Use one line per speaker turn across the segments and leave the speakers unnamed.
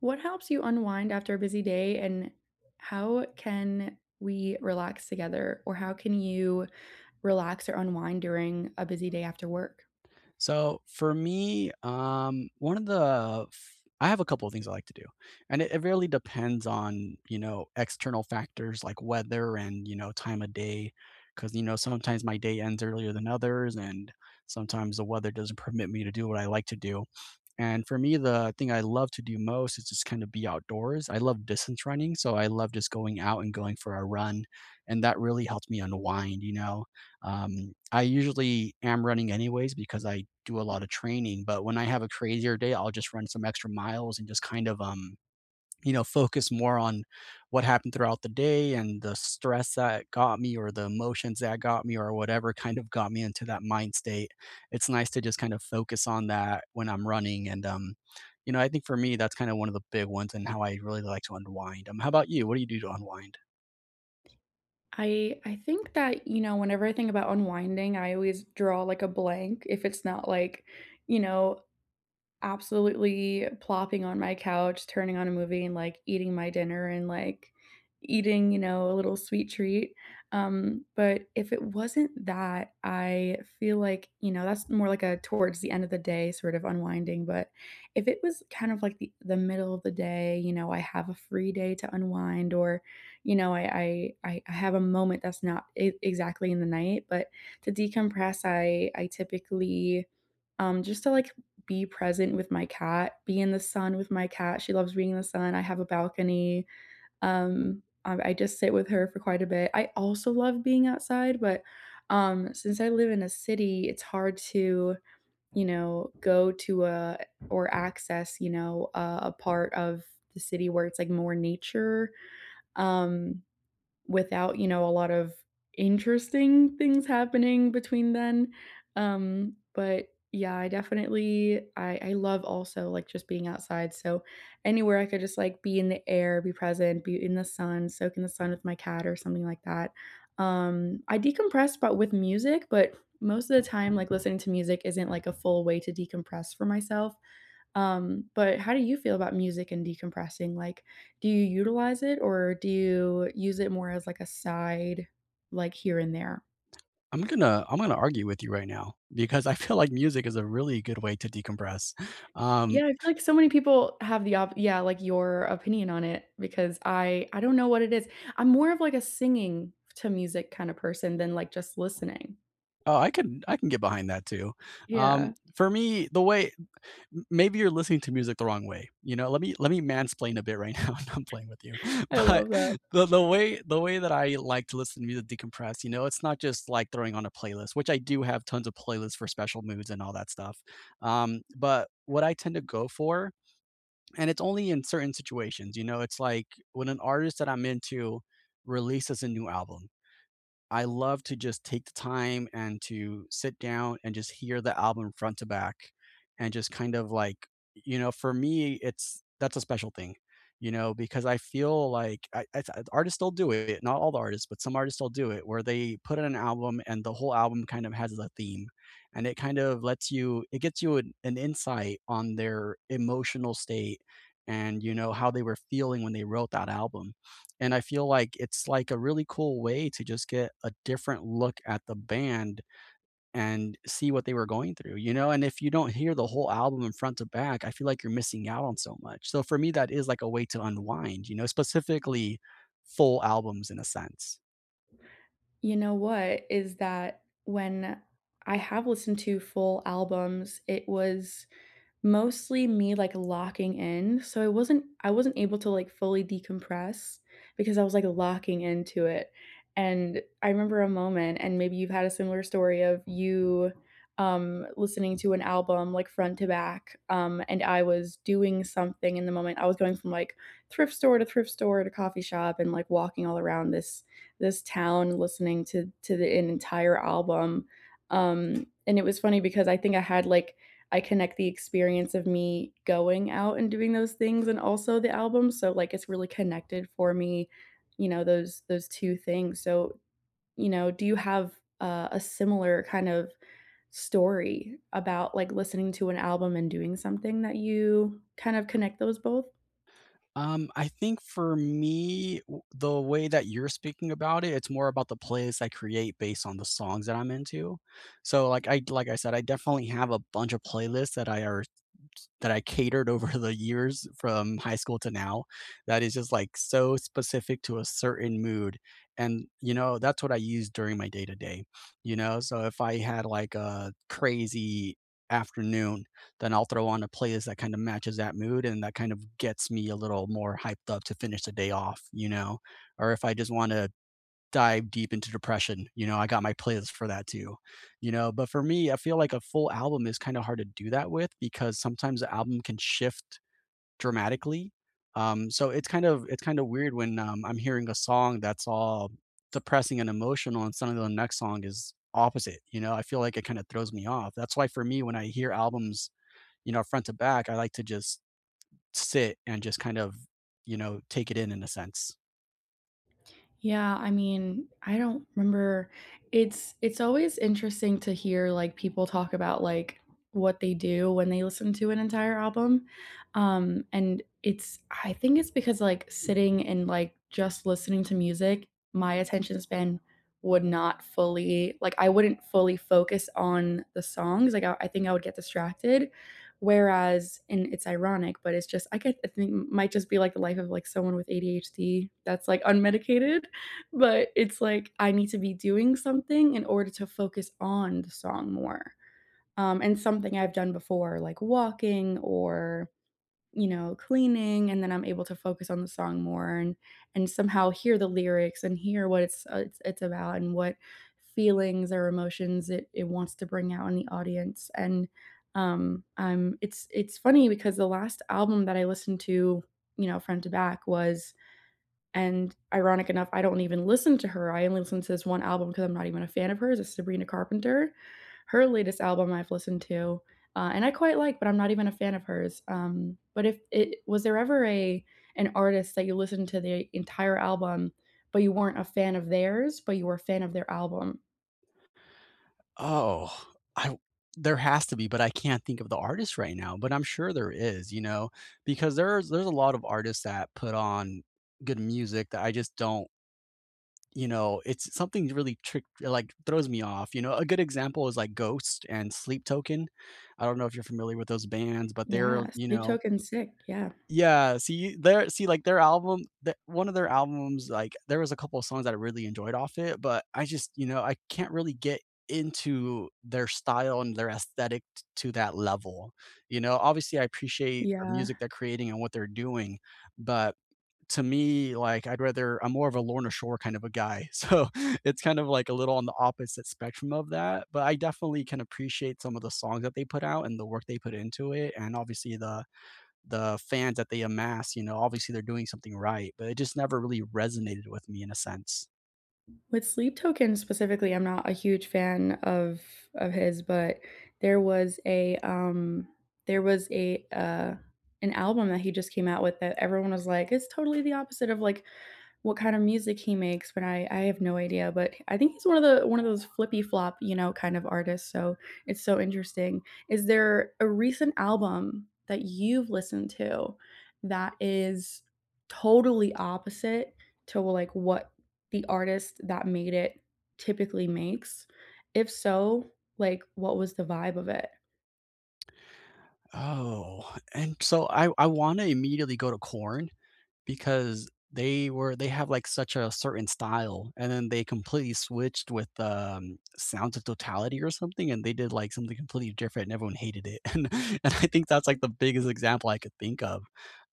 What helps you unwind after a busy day, and how can we relax together, or how can you relax or unwind during a busy day after work?
So for me, one of the f- I have a couple of things I like to do, and it really depends on external factors like weather and time of day, because sometimes my day ends earlier than others, and sometimes the weather doesn't permit me to do what I like to do. And for me, the thing I love to do most is just kind of be outdoors. I love distance running, so I love just going out and going for a run, and that really helps me unwind. I usually am running anyways because I do a lot of training, but when I have a crazier day, I'll just run some extra miles and just kind of focus more on what happened throughout the day and the stress that got me or the emotions that got me or whatever kind of got me into that mind state. It's nice to just kind of focus on that when I'm running, and I think for me that's kind of one of the big ones and how I really like to unwind. How about you, what do you do to unwind?
I think that, you know, whenever I think about unwinding, I always draw like a blank if it's not like, you know, absolutely plopping on my couch, turning on a movie, and, like, eating my dinner and, like, eating, you know, a little sweet treat, but if it wasn't that, I feel like, you know, that's more like a towards the end of the day sort of unwinding, but if it was kind of like the middle of the day, you know, I have a free day to unwind or, you know, I have a moment that's not e exactly in the night, but to decompress, I typically, just to, like, be present with my cat, be in the sun with my cat. She loves being in the sun. I have a balcony. I just sit with her for quite a bit. I also love being outside, but since I live in a city, it's hard to, you know, go to a or access, you know, a part of the city where it's like more nature. Um, Without, you know, a lot of interesting things happening between then. But yeah, I definitely I love also, like, just being outside, so anywhere I could just, like, be in the air, be present, be in the sun, soak in the sun with my cat or something like that. I decompress, but with music, but most of the time, like, listening to music isn't, like, a full way to decompress for myself. But how do you feel about music and decompressing? Like, do you utilize it or do you use it more as like a side, like here and there?
I'm gonna argue with you right now because I feel like music is a really good way to decompress. um
Yeah, I feel like so many people have the yeah, like your opinion on it because I don't know what it is. I'm more of like a singing to music kind of person than like just listening.
oh, I can get behind that too.
Yeah,
For me the maybe you're listening to music the wrong way. You know, let me mansplain a bit right now. I'm playing with you,
I
but
love that.
the way that I like to listen to music decompress, you know, it's not just like throwing on a playlist, which I do have tons of playlists for special moods and all that stuff. But what I tend to go for, and it's only in certain situations, you know, it's like when an artist that I'm into releases a new album, I love to just take the time and to sit down and just hear the album front to back and just kind of like, you know, for me, it's that's a special thing, you know, because I feel like artists still do it, not all the artists, but some artists still do it, where they put in an album and the whole album kind of has a theme and it kind of lets you, it gets you an insight on their emotional state and, you know, how they were feeling when they wrote that album, and I feel like it's like a really cool way to just get a different look at the band and see what they were going through, you know? And if you don't hear the whole album in front to back, I feel like you're missing out on so much. So for me, that is like a way to unwind, you know, specifically full albums in a sense.
You know what is that when I have listened to full albums, it was mostly me, like, locking in, so I wasn't able to, like, fully decompress because I was, like, locking into it, and I remember a moment and maybe you've had a similar story of you, listening to an album, like, front to back, and I was doing something in the moment. I was going from, like, thrift store to coffee shop and, like, walking all around this town listening to the an entire album, and it was funny because I think I had, like, I connect the experience of me going out and doing those things and also the album, so, like, it's really connected for me, you know, those 2 things, so, you know, do you have, a similar kind of story about, like, listening to an album and doing something that you kind of connect those both?
I think for me, w the way that you're speaking about it, it's more about the playlists I create based on the songs that I'm into. So, like I said, I definitely have a bunch of playlists that I are that I catered over the years from high school to now that is just like so specific to a certain mood. And, you know, that's what I use during my day to day, you know? So if I had like a crazy afternoon, then I'll throw on a playlist that kind of matches that mood and that kind of gets me a little more hyped up to finish the day off, you know? Or if I just want to dive deep into depression. You know, I got my playlist for that too. You know, but for me, I feel like a full album is kind of hard to do that with because sometimes the album can shift dramatically. So it's kind of weird when I'm hearing a song that's all depressing and emotional, and suddenly the next song is opposite. You know, I feel like it kind of throws me off. That's why for me, when I hear albums, you know, front to back, I like to just sit and just kind of, you know, take it in a sense.
Yeah, I mean, I don't remember. It's always interesting to hear, like, people talk about, like, what they do when they listen to an entire album, and it's I think it's because, like, sitting and, like, just listening to music, my attention span would not fully like, I wouldn't fully focus on the songs, like, I think I would get distracted, whereas and it's ironic, but it's just I could I think it might just be, like, the life of, like, someone with ADHD that's, like, unmedicated, but it's like I need to be doing something in order to focus on the song more, and something I've done before, like walking or, you know, cleaning, and then I'm able to focus on the song more and somehow hear the lyrics and hear what it's it's about and what feelings or emotions it wants to bring out in the audience, and, it's funny because the last album that I listened to, you know, front to back was and ironic enough, I don't even listen to her. I only listen to this one album because I'm not even a fan of hers. It's Sabrina Carpenter. Her latest album I've listened to, and I quite like, but I'm not even a fan of hers. But if it was there ever a an artist that you listened to the entire album, but you weren't a fan of theirs, but you were a fan of their album?
Oh, I there has to be, but I can't think of the artist right now, but I'm sure there is, you know, because there's a lot of artists that put on good music that I just don't, you know, it's something really trick like, throws me off, you know? A good example is, like, Ghost and Sleep Token. I don't know if you're familiar with those bands, but they're,
Yeah,
you
Sleep
know.
Token sick. Yeah,
Yeah, see, their album, the one of their albums, like, there was a couple of songs that I really enjoyed off it, but I just, you know, I can't really get into their style and their aesthetic t to that level, you know? Obviously, I appreciate the
yeah.
music they're creating and what they're doing, but to me, like, I'm more of a Lorna Shore kind of a guy, so it's kind of, like, a little on the opposite spectrum of that, but I definitely can appreciate some of the songs that they put out and the work they put into it, and obviously the fans that they amass, you know, obviously they're doing something right, but it just never really resonated with me in a sense.
With Sleep Token specifically, I'm not a huge fan of his, but there was a um there was a an album that he just came out with that everyone was like, it's totally the opposite of like what kind of music he makes, but I have no idea, but I think he's one of the one of those flippy flop, you know, kind of artists, so it's so interesting. Is there a recent album that you've listened to that is totally opposite to, like, what the artist that made it typically makes? If so, like, what was the vibe of it?
Oh, and I want to immediately go to corn because they have, like, such a certain style, and then they completely switched with, Sounds of Totality or something, and they did, like, something completely different, and everyone hated it, and I think that's, like, the biggest example I could think of.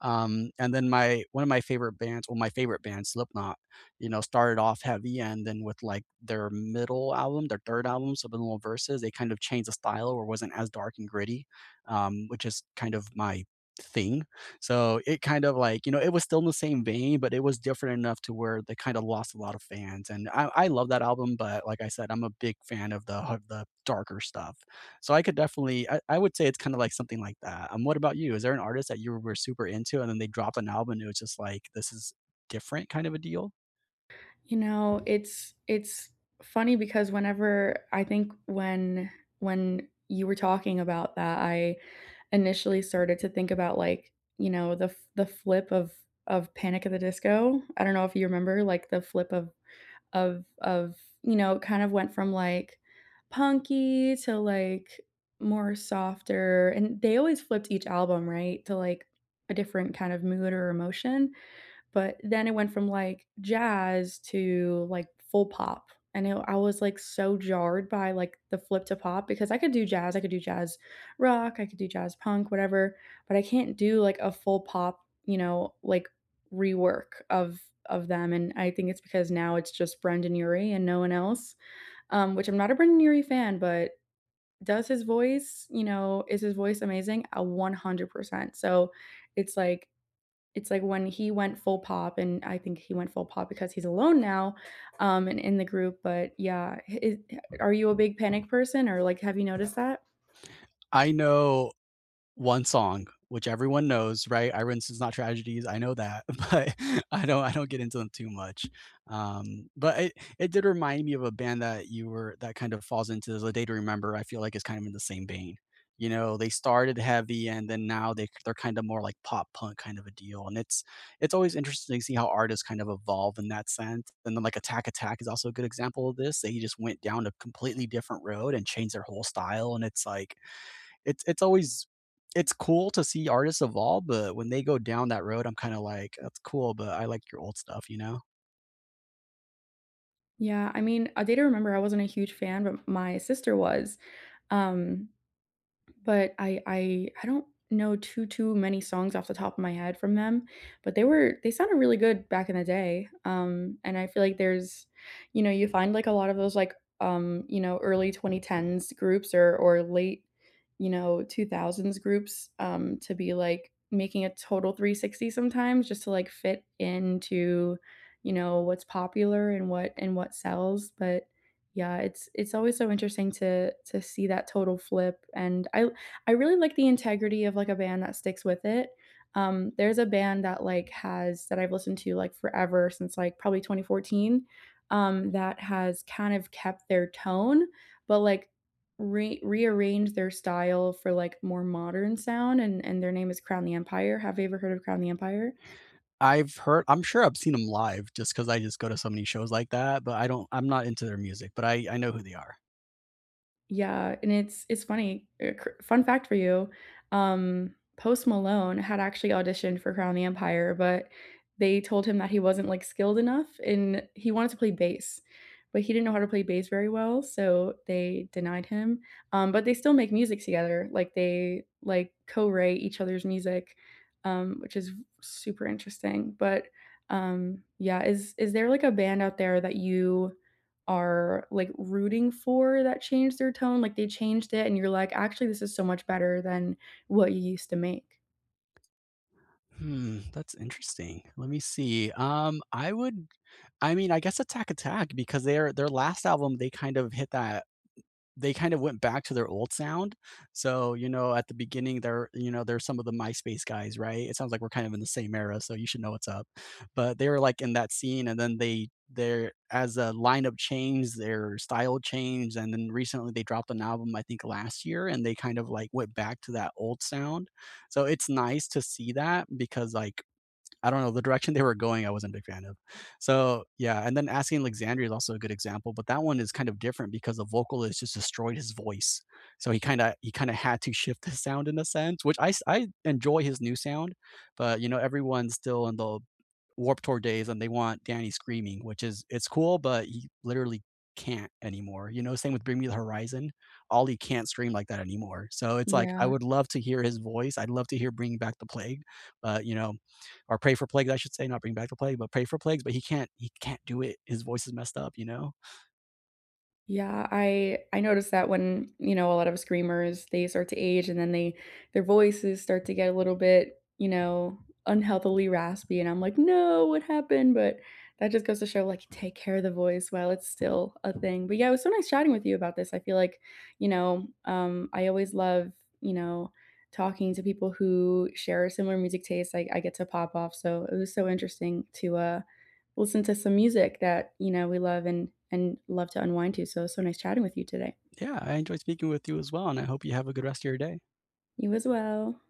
And then my one of my favorite bands well, my favorite band, Slipknot, you know, started off heavy, and then with, like, their middle album, their 3rd album, Subliminal Verses, they kind of changed the style or wasn't as dark and gritty, which is kind of my thing. So it kind of like, you know, it was still in the same vein, but it was different enough to where they kind of lost a lot of fans. And I love that album, but like I said, I'm a big fan of the darker stuff. So I could definitely, I would say it's kind of like something like that. What about you? Is there an artist that you were super into and then they dropped an album and it was just like, this is different kind of a deal?
You know, it's funny because whenever I think when you were talking about that, I initially started to think about like, you know, the flip of Panic at the Disco. I don't know if you remember like the flip of, you know, it kind of went from like punky to like more softer and they always flipped each album, right? To like a different kind of mood or emotion. But then it went from, like, jazz to, like, full pop, and it I was, like, so jarred by, like, the flip to pop because I could do jazz, I could do jazz rock, I could do jazz punk, whatever, but I can't do, like, a full pop, you know, like, rework of them, and I think it's because now it's just Brendan Urie and no one else, which I'm not a Brendan Urie fan, but does his voice, you know is his voice amazing? A 100%. So, it's like it's like when he went full pop and I think he went full pop because he's alone now and in the group but yeah is, are you a big panic person or like have you noticed that
I know one song, which everyone knows, right? "I Is Not Tragedies," I know that, but I don't get into them too much. But it did remind me of a band that you were that kind of falls into the Day to Remember, I feel like it's kind of in the same vein. You know, they started heavy and then now they're kind of more like pop punk kind of a deal, and it's always interesting to see how artists kind of evolve in that sense, and then, like, Attack Attack is also a good example of this. They just went down a completely different road and changed their whole style, and it's like it's always it's cool to see artists evolve, but when they go down that road, I'm kind of like, that's cool, but I like your old stuff, you know?
yeah I mean a day to remember I wasn't a huge fan but my sister was um but I don't know too many songs off the top of my head from them, but they were they sounded really good back in the day, and I feel like there's you know, you find, like, a lot of those, like, you know, early 2010s groups or late, you know, 2000s groups, to be, like, making a total 360 sometimes just to, like, fit into, you know, what's popular and what sells, but yeah, it's always so interesting to see that total flip, and I really like the integrity of, like, a band that sticks with it. There's a band that, like, has that I've listened to, like, forever since, like, probably 2014, that has kind of kept their tone, but, like, re rearranged their style for, like, more modern sound, and their name is Crown the Empire. Have you ever heard of Crown the Empire?
I've heard, I'm sure I've seen them live just because I just go to so many shows like that, but I'm not into their music, but I know who they are.
Yeah, and it's funny, cr fun fact for you, Post Malone had actually auditioned for Crown of the Empire, but they told him that he wasn't, like, skilled enough, and he wanted to play bass, but he didn't know how to play bass very well, so they denied him, but they still make music together, like, they, like, co-write each other's music, which is super interesting, but, yeah, is there, like, a band out there that you are, like, rooting for that changed their tone, like, they changed it and you're like, "Actually, this is so much better than what you used to make."
Hmm, that's interesting. Let me see. I mean, I guess Attack Attack because their last album they kind of hit that, they kind of went back to their old sound. So, you know, at the beginning there, you know, there's some of the MySpace guys, right? It sounds like we're kind of in the same era, so you should know what's up. But they were like in that scene and then they their as a lineup changed, their style changed, and then recently they dropped an album, I think last year, and they kind of like went back to that old sound. So it's nice to see that because like I don't know, the direction they were going, I wasn't a big fan of. So, yeah, and then Asking Alexandria is also a good example, but that one is kind of different because the vocalist just destroyed his voice. So he kind of had to shift his sound in a sense, which I enjoy his new sound, but you know, everyone's still in the Warped Tour days and they want Danny screaming, which is it's cool, but he literally can't anymore. You know, same with Bring Me the Horizon. Ollie can't scream like that anymore. So it's like I
Yeah.
would love to hear his voice. I'd love to hear Bring Back the Plague, but you know, or pray for plagues, I should say, not bring back the plague, but pray for plagues. But he can't do it. His voice is messed up, you know?
Yeah, I noticed that when, you know, a lot of screamers, they start to age and then they their voices start to get a little bit, you know, unhealthily raspy and I'm like, "No, what happened?" But that just goes to show like take care of the voice while it's still a thing. But yeah, it was so nice chatting with you about this. I feel like, you know, I always love, you know, talking to people who share similar music tastes. I get to pop off. So it was so interesting to listen to some music that, you know, we love and love to unwind to. So, so nice chatting with you today.
Yeah, I enjoy speaking with you as well. And I hope you have a good rest of your day.
You as well.